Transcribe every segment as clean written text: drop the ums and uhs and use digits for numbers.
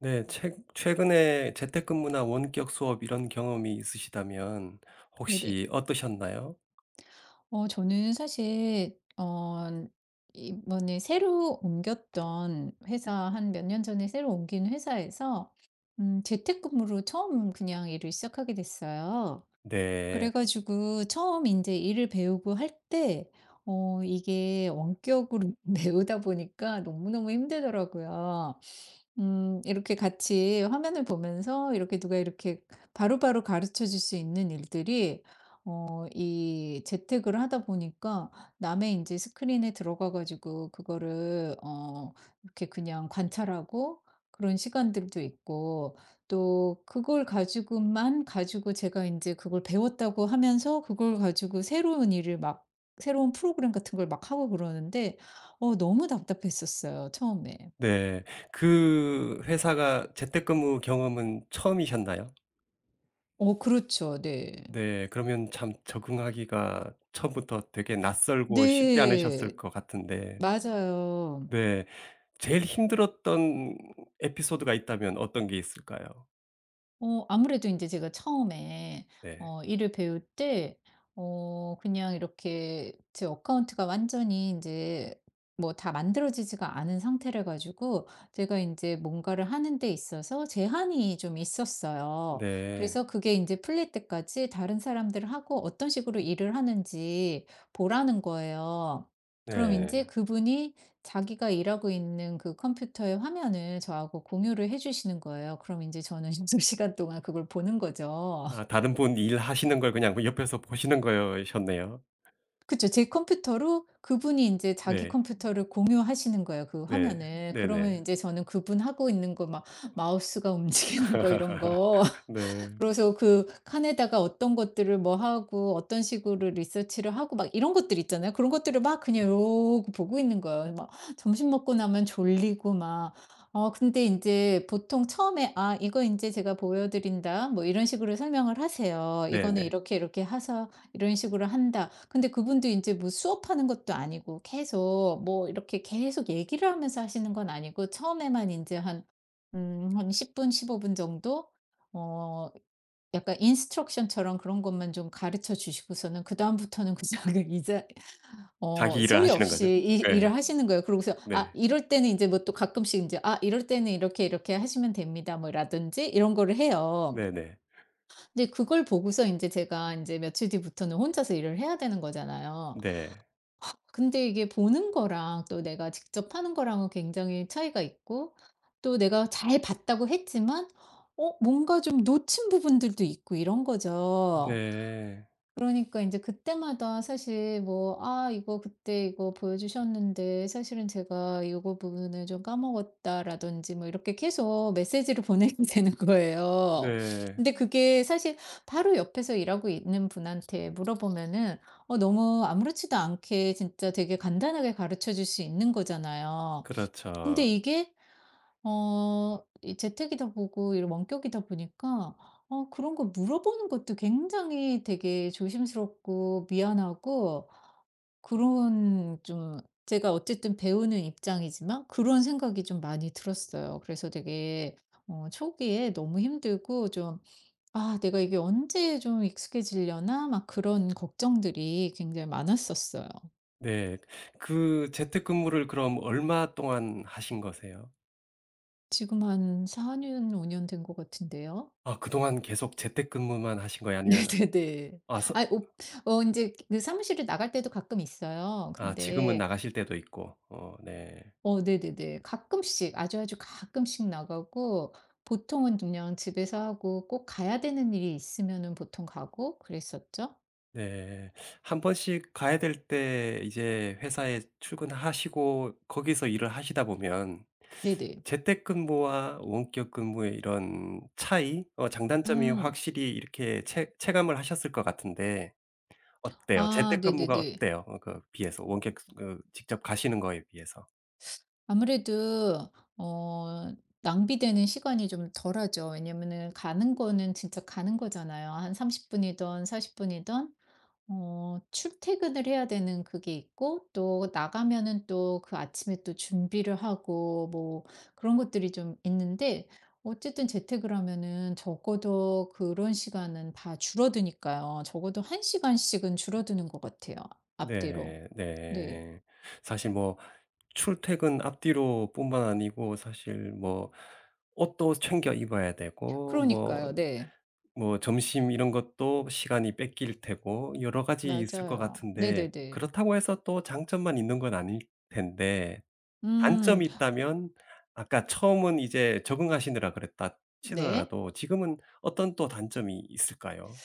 네. 최 최근에 재택근무나 원격 수업 이런 경험이 있으시다면 네네. 혹시 어떠셨나요? 저는 사실 이번에 새로 옮겼던 회사 한 몇 년 전에 새로 옮긴 회사에서 재택근무로 처음 그냥 일을 시작하게 됐어요. 그래 네. 가지고 처음 이제 일을 배우고 할 때 이게 원격으로 배우다 보니까 너무너무 힘들더라고요. 이렇게 같이 화면을 보면서 이렇게 누가 이렇게 바로바로 가르쳐 줄 수 있는 일들이 이 재택을 하다 보니까 남의 이제 스크린에 들어가 가지고 그거를 이렇게 그냥 관찰하고 그런 시간들도 있고 또 그걸 가지고만 가지고 제가 이제 그걸 배웠다고 하면서 그걸 가지고 새로운 일을 막 새로운 프로그램 같은 걸 막 하고 그러는데 너무 답답했었어요 처음에. 네. 그 회사가 재택근무 경험은 처음이셨나요? 그렇죠. 네. 네. 그러면 참 적응하기가 처음부터 되게 낯설고 쉽지 네. 않으셨을 것 같은데. 맞아요. 네. 제일 힘들었던 에피소드가 있다면 어떤 게 있을까요? 아무래도 인제 제가 처음에 네. 일을 배울 때 그냥 이렇게 제 어카운트가 완전히 인제 뭐 다 만들어지지가 않은 상태라 가지고 제가 인제 뭔가를 하는 데 있어서 제한이 좀 있었어요. 네. 그래서 그게 인제 풀릴 때까지 다른 사람들하고 어떤 식으로 일을 하는지 보라는 거예요. 그럼 네. 인제 그분이 자기가 일하고 있는 그 컴퓨터의 화면을 저하고 공유를 해 주시는 거예요. 그럼 인제 저는 6 시간 동안 그걸 보는 거죠. 아, 다른 분 일하시는 걸 그냥 뭐 옆에서 보시는 거셨네요. 그쵸. 제 컴퓨터로 그분이 인제 자기 네. 컴퓨터를 공유하시는 거예요, 그 네. 화면을. 네 네. 그러면 인제 저는 그분 하고 있는 거 막 마우스가 움직이는 거 이런 거 네. 그래서 그 칸에다가 어떤 것들을 뭐 하고 어떤 식으로 리서치를 하고 막 이런 것들 있잖아요. 그런 것들을 막 그냥 이러고 보고 있는 거예요. 막 점심 먹고 나면 졸리고 막 근데 인제 보통 처음에 "아 이거 인제 제가 보여 드린다." 뭐 이런 식으로 설명을 하세요. "이거는 네네. 이렇게 이렇게 해서 이런 식으로 한다." 근데 그분도 인제 뭐 수업하는 것도 아니고 계속 뭐 이렇게 계속 얘기를 하면서 하시는 건 아니고 처음에만 인제 한 10분 15분 정도 어 약간 인스트럭션처럼 그런 것만 좀 가르쳐 주시고서는 그다음부터는 그냥 이제 자기 일을 소리 하시는 없이 거죠? 이 네. 일을 하시는 거예요. 그러고서 아 네. 이럴 때는 이제 뭐 또 가끔씩 이제 "아 이럴 때는 이렇게, 이렇게 하시면 됩니다." 뭐 라든지 이런 거를 해요. 네 네. 근데 그걸 보고서 이제 제가 이제 며칠 뒤부터는 혼자서 일을 해야 되는 거잖아요. 네. 근데 이게 보는 거랑 또 내가 직접 하는 거랑은 굉장히 차이가 있고 또 내가 잘 봤다고 했지만 뭔가 좀 놓친 부분들도 있고 이런 거죠. 네. 그러니까 이제 그때마다 사실 뭐 '아 이거 그때 이거 보여주셨는데 사실은 제가 이거 부분을 좀 까먹었다.'라든지 뭐 이렇게 계속 메시지를 보내게 되는 거예요. 네. 근데 그게 사실 바로 옆에서 일하고 있는 분한테 물어보면은 너무 아무렇지도 않게 진짜 되게 간단하게 가르쳐 줄 수 있는 거잖아요. 근데 그렇죠. 이게 이 재택이다 보고 이런 원격이다 보니까 그런 거 물어보는 것도 굉장히 되게 조심스럽고 미안하고 그런 좀 제가 어쨌든 배우는 입장이지만 그런 생각이 좀 많이 들었어요. 그래서 되게 초기에 너무 힘들고 좀 '아 내가 이게 언제 좀 익숙해지려나?' 막 그런 걱정들이 굉장히 많았었어요. 네. 그 재택근무를 그럼 얼마 동안 하신 거세요? 지금 한 4년 5년 된 것 같은데요. 아, 그동안 계속 재택근무만 하신 거예요? 아니면 네네네. 아 서 아 오 이제 그 사무실을 나갈 때도 가끔 있어요. 아, 지금은 근데 나가실 때도 있고. 네. 네네네. 가끔씩 아주 아주 가끔씩 나가고 보통은 그냥 집에서 하고 꼭 가야 되는 일이 있으면은 보통 가고 그랬었죠. 네. 한 번씩 가야 될 때 이제 회사에 출근하시고 거기서 일을 하시다 보면, 네네. 재택근무와 원격 근무의 이런 차이 장단점이 음. 확실히 이렇게 체 체감을 하셨을 것 같은데 어때요? 아 재택근무가 네네네. 어때요? 그 비해서 원격, 그 직접 가시는 거에 비해서? 아무래도 어 낭비되는 시간이 좀 덜하죠. 왜냐면은 가는 거는 진짜 가는 거잖아요. 한 30 분이든 40 분이든. 출퇴근을 해야 되는 그게 있고 또 나가면은 또 그 아침에 또 준비를 하고 뭐 그런 것들이 좀 있는데 어쨌든 재택을 하면은 적어도 그런 시간은 다 줄어드니까요. 적어도 1 시간씩은 줄어드는 것 같아요, 앞뒤로. 네. 네. 네. 사실 뭐 출퇴근 앞뒤로 뿐만 아니고 사실 뭐 옷도 챙겨 입어야 되고 뭐, 그러니까요. 네. 뭐 점심 이런 것도 시간이 뺏길 테고 여러 가지 있을 것 맞아요. 같은데, 네네네. 그렇다고 해서 또 장점만 있는 건 아닐 텐데. 음. 단점이 있다면, 아까 처음은 이제 "적응하시느라 그랬다." 네. 치더라도 지금은 어떤 또 단점이 있을까요?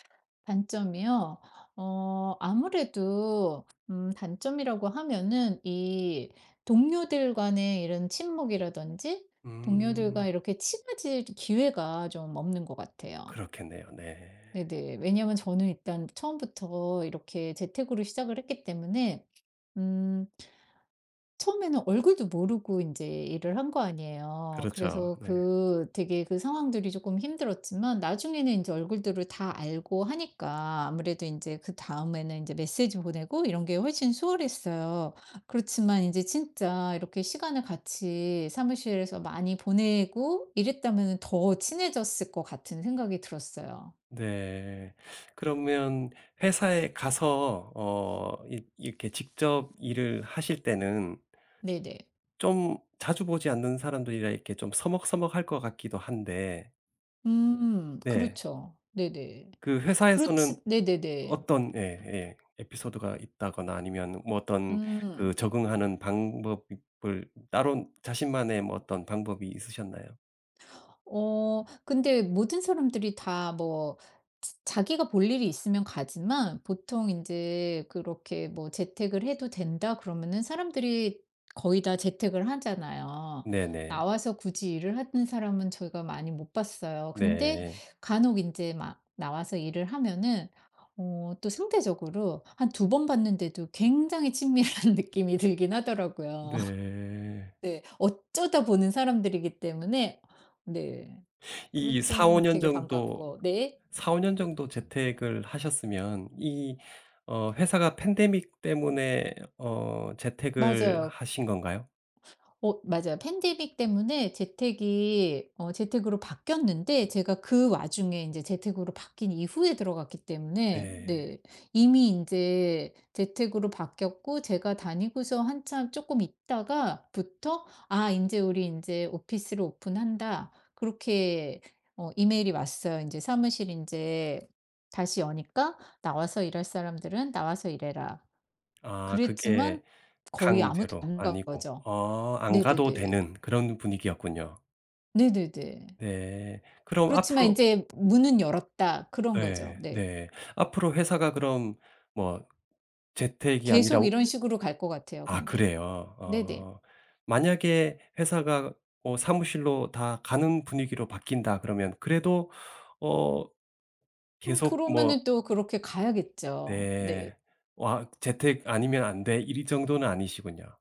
단점이요? 아무래도 단점이라고 하면은 이 동료들 간의 이런 친목이라든지 음. 동료들과 이렇게 친해질 기회가 좀 없는 것 같아요. 그렇겠네요. 네. 네네. 왜냐면 저는 일단 처음부터 이렇게 재택으로 시작을 했기 때문에 음 처음에는 얼굴도 모르고 인제 일을 한 거 아니에요. 그렇죠. 그래서 네. 그 되게 그 상황들이 조금 힘들었지만 나중에는 인제 얼굴들을 다 알고 하니까 아무래도 인제 그다음에는 인제 메시지 보내고 이런 게 훨씬 수월했어요. 그렇지만 인제 진짜 이렇게 시간을 같이 사무실에서 많이 보내고 이랬다면은 더 친해졌을 것 같은 생각이 들었어요. 네. 그러면 회사에 가서 이 이렇게 직접 일을 하실 때는 네네. 좀 자주 보지 않는 사람들이라 이렇게 좀 서먹서먹할 것 같기도 한데. 네. 그렇죠. 네네. 그 그렇지 회사에서는 네네네. 어떤 예, 예 에피소드가 있다거나 아니면 뭐 어떤, 그 음. 적응하는 방법을 따로 자신만의 뭐 어떤 방법이 있으셨나요? 근데 모든 사람들이 다 뭐 자 자기가 볼 일이 있으면 가지만 보통 이제 그렇게 뭐 "재택을 해도 된다." 그러면은 사람들이 거의 다 재택을 하잖아요. 네네. 나와서 굳이 일을 하는 사람은 저희가 많이 못 봤어요. 근데 네. 간혹 이제 막 나와서 일을 하면은 또 상대적으로 한 두 번 봤는데도 굉장히 친밀한 느낌이 들긴 하더라고요. 네. 네. 어쩌다 보는 사람들이기 때문에 네. 그럴 이 4-5 때는 년 되게 정도, 반갑고 네. 4, 5년 정도 재택을 하셨으면 이, 회사가 팬데믹 때문에 재택을 맞아요. 하신 건가요? 맞아요. 팬데믹 때문에 재택이 재택으로 바뀌었는데 제가 그 와중에 인제 재택으로 바뀐 이후에 들어갔기 때문에 네. 네. 이미 인제 재택으로 바뀌었고 제가 다니고서 한참 쪼끔 있다가부터 '아 인제 우리 인제 오피스를 오픈한다.' 그렇게 이메일이 왔어요. 인제 사무실 인제 다시 여니까 "나와서 일할 사람들은 나와서 일해라. 아 그게 그랬지만 거의 아무도 강제로 안간 아니고 거죠. 안 가도 네네네. 되는 그런 분위기였군요. 네네네. 네. 그럼 그렇지만 앞으로. 인제 '문은 열었다.' 그런 거죠. 네 네. 네. 앞으로 회사가 그럼 뭐 재택이 아니라 계속 오, 이런 식으로 갈 것 같아요 아 근데. 그래요? 네네. 어. 만약에 회사가 사무실로 다 가는 분위기로 바뀐다 그러면 그래도 어 계속 뭐. 그러면은 또 그렇게 가야겠죠. 네. 네. 와, 재택 아니면 안 돼 이 정도는 아니시군요.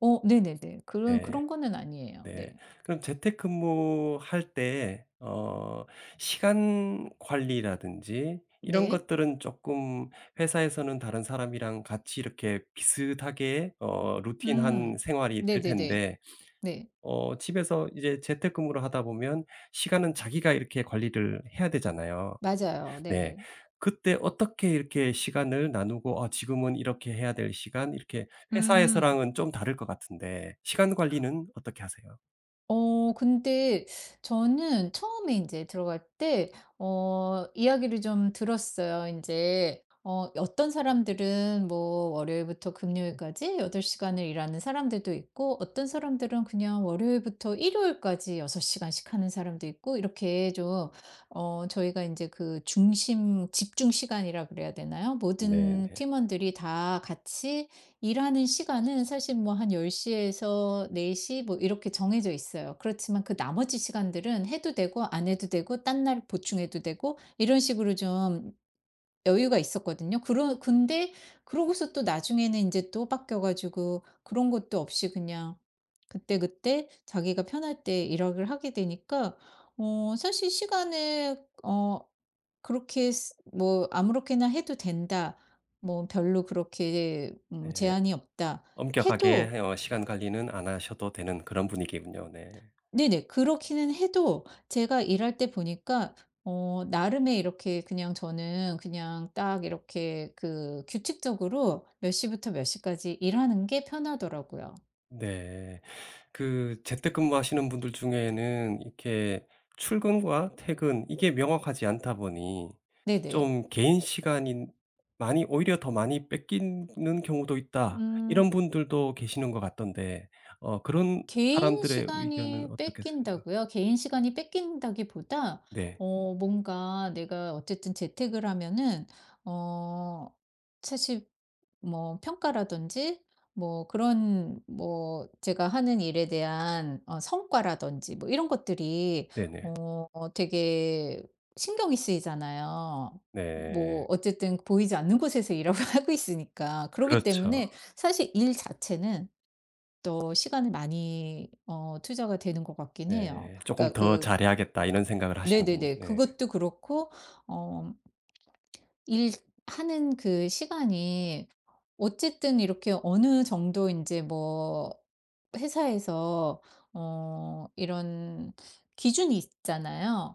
네네네. 그런 네. 그런 거는 아니에요. 네. 네. 그럼 재택근무할 때 시간 관리라든지 이런 네. 것들은 조금, 회사에서는 다른 사람이랑 같이 이렇게 비슷하게 루틴한 음. 생활이 될 네네네. 텐데, 네. 집에서 이제 재택근무를 하다 보면 시간은 자기가 이렇게 관리를 해야 되잖아요. 맞아요. 네. 네. 그때 어떻게 이렇게 시간을 나누고 '아 지금은 이렇게 해야 될 시간.' 이렇게, 음. 회사에서랑은 좀 다를 것 같은데, 시간 관리는 어떻게 하세요? 근데 저는 처음에 이제 들어갈 때 이야기를 좀 들었어요. 이제 어떤 사람들은 뭐 월요일부터 금요일까지 8 시간을 일하는 사람들도 있고 어떤 사람들은 그냥 월요일부터 일요일까지 6 시간씩 하는 사람도 있고 이렇게 좀 저희가 이제 그 중심 집중 시간이라 그래야 되나요? 모든 네네. 팀원들이 다 같이 일하는 시간은 사실 뭐 한 10시에서 4시 뭐 이렇게 정해져 있어요. 그렇지만 그 나머지 시간들은 해도 되고 안 해도 되고 딴 날 보충해도 되고 이런 식으로 좀 여유가 있었거든요. 그러 근데 그러고서 또 나중에는 인제 또 바뀌어 가지고 그런 것도 없이 그냥 그때그때 자기가 편할 때 일을 하게 되니까 사실 시간을 그렇게 쓰 뭐 '아무렇게나 해도 된다. 뭐 별로 그렇게 네. 제한이 없다.' 해도 엄격하게 시간 관리는 안 하셔도 되는 그런 분위기군요. 네. 네네. 그렇기는 해도 제가 일할 때 보니까 나름의 이렇게 그냥 저는 그냥 딱 이렇게 그 규칙적으로 몇 시부터 몇 시까지 일하는 게 편하더라고요. 네. 그 재택근무하시는 분들 중에는 이렇게 출근과 퇴근 이게 명확하지 않다 보니 네네. 좀 '개인 시간이 많이 오히려 더 많이 뺏기는 경우도 있다.' 이런 음. 분들도 계시는 것 같던데 그런 개인 사람들의 의견은 시간이 어떻게 생각. 뺏긴다고요? 개인 시간이 뺏긴다기보다 네. 뭔가 내가 어쨌든 재택을 하면은 어 사실 뭐 평가라든지 뭐 그런 뭐 제가 하는 일에 대한 성과라든지 뭐 이런 것들이 네네. 어 되게 신경이 쓰이잖아요. 네. 뭐 어쨌든 보이지 않는 곳에서 일하고 하고 있으니까. 그러기 그렇죠. 때문에 사실 일 자체는 더 시간을 많이 투자가 되는 것 같긴 해요. 네. '조금 그러니까 더 그 잘해야겠다.' 이런 생각을 하시는군요. 네네네. 네. 그것도 그렇고 어 일하는 그 시간이 어쨌든 이렇게 어느 정도 인제 뭐 회사에서 이런 기준이 있잖아요.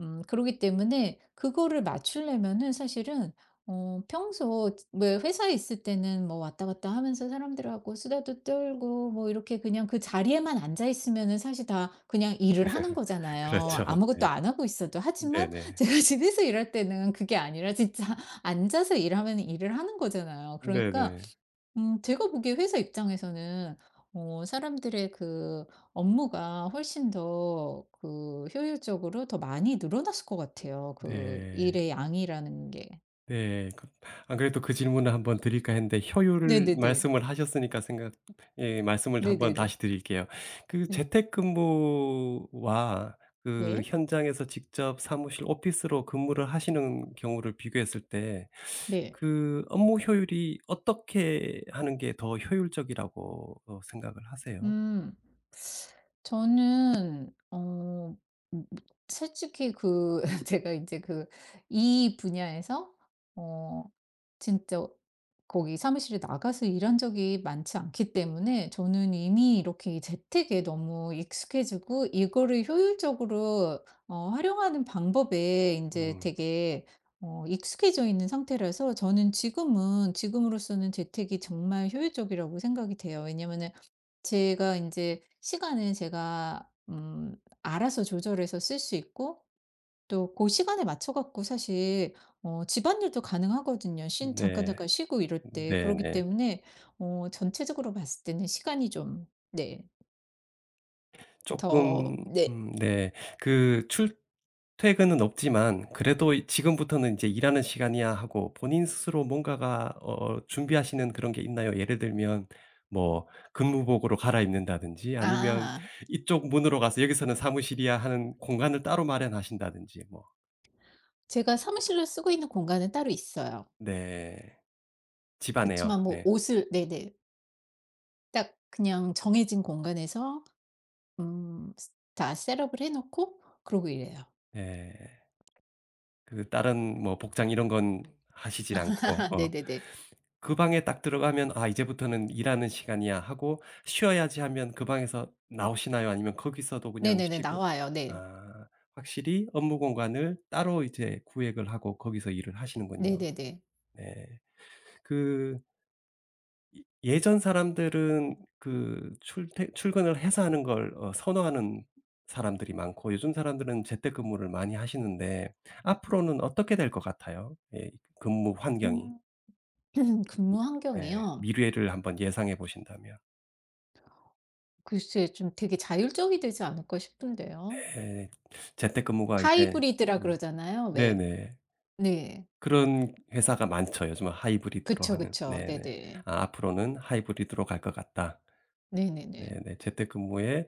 그러기 때문에 그거를 맞추려면은 사실은 평소 왜 회사에 있을 때는 뭐 왔다 갔다 하면서 사람들하고 수다도 떨고 뭐 이렇게 그냥 그 자리에만 앉아 있으면은 사실 다 그냥 일을 하는 거잖아요. 그렇죠. 네. 아무것도 안 하고 있어도. 하지만 네네. 제가 집에서 일할 때는 그게 아니라 진짜 앉아서 일하면 일을 하는 거잖아요. 그러니까 네네. 제가 보기에 회사 입장에서는 사람들의 그 업무가 훨씬 더 그 효율적으로 더 많이 늘어났을 것 같아요. 그 네. 일의 양이라는 게. 네. 그 안 그래도 그 질문을 한번 드릴까 했는데 효율을 네네네. 말씀을 하셨으니까 생각, 예 말씀을 한번 네네네. 다시 드릴게요. 그 네. 재택근무와 그 네. 현장에서 직접 사무실 오피스로 근무를 하시는 경우를 비교했을 때 네. 그 업무 효율이 어떻게 하는 게 더 효율적이라고 생각을 하세요? 음. 저는 음 솔직히 그 제가 이제 그 이 분야에서 어 진짜 거기 사무실에 나가서 일한 적이 많지 않기 때문에 저는 이미 이렇게 이 재택에 너무 익숙해지고 이거를 효율적으로 활용하는 방법에 이제 음. 되게 익숙해져 있는 상태라서 저는 지금은 지금으로서는 재택이 정말 효율적이라고 생각이 돼요. 왜냐면은 제가 이제 시간은 제가 알아서 조절해서 쓸 수 있고 또 그 시간에 맞춰 갖고 사실 집안일도 가능하거든요. 쉰 잠깐 네. 잠깐 쉬고 이럴 때. 그러기 네네. 때문에 전체적으로 봤을 때는 시간이 좀 네 더 쪼끔. 네 네. 그 출퇴근은 없지만 그래도 이 '지금부터는 인제 일하는 시간이야.' 하고 본인 스스로 뭔가가 준비하시는 그런 게 있나요? 예를 들면 뭐 근무복으로 갈아입는다든지 아니면 아 이쪽 문으로 가서 "여기서는 사무실이야." 하는 공간을 따로 마련하신다든지 뭐. 제가 사무실로 쓰고 있는 공간은 따로 있어요. 네. 집 그렇지 안에요. 만 뭐 네. 옷을 네네. 딱 그냥 정해진 공간에서 음 다 셋업을 해 놓고 그러고 이래요. 네. 그 다른 뭐 복장 이런 건 하시질 않고. 어. 네네네. 그 방에 딱 들어가면 '아 이제부터는 일하는 시간이야.' 하고 쉬어야지 하면 그 방에서 나오시나요? 아니면 거기서도 그냥 네네네. 쉬고. 나와요. 네. 아, 확실히 업무 공간을 따로 이제 구획을 하고 거기서 일을 하시는군요. 네네네. 네. 그 이 예전 사람들은 그 출퇴 출근을 해서 하는 걸 선호하는 사람들이 많고 요즘 사람들은 재택근무를 많이 하시는데, 앞으로는 어떻게 될 것 같아요? 예, 근무 환경이. 음 근무 네. 환경이요? 미래를 한번 예상해 보신다면. 글쎄 좀 되게 자율적이 되지 않을까 싶은데요. 예. 재택근무가 이제, 하이브리드라 음. 그러잖아요. 왜. 네네. 네. 그런 회사가 많죠. 요즘은 하이브리드로 그쵸, 하는. 그쵸. 네네. 네네. 아 앞으로는 하이브리드로 갈 것 같다. 네네네. 네네. 재택근무에,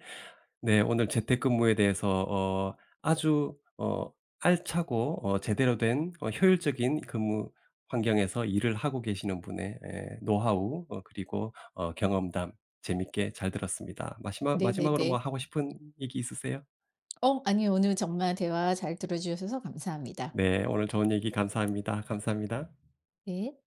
네 오늘 재택근무에 대해서 아주 알차고 제대로 된 효율적인 근무 환경에서 일을 하고 계시는 분의 예 노하우, 그리고 경험담 재밌게 잘 들었습니다. 마시마 네네네. 마지막으로 뭐 하고 싶은 얘기 있으세요? 아니 오늘 정말 대화 잘 들어 주셔서 감사합니다. 네. 오늘 좋은 얘기 감사합니다. 감사합니다. 네.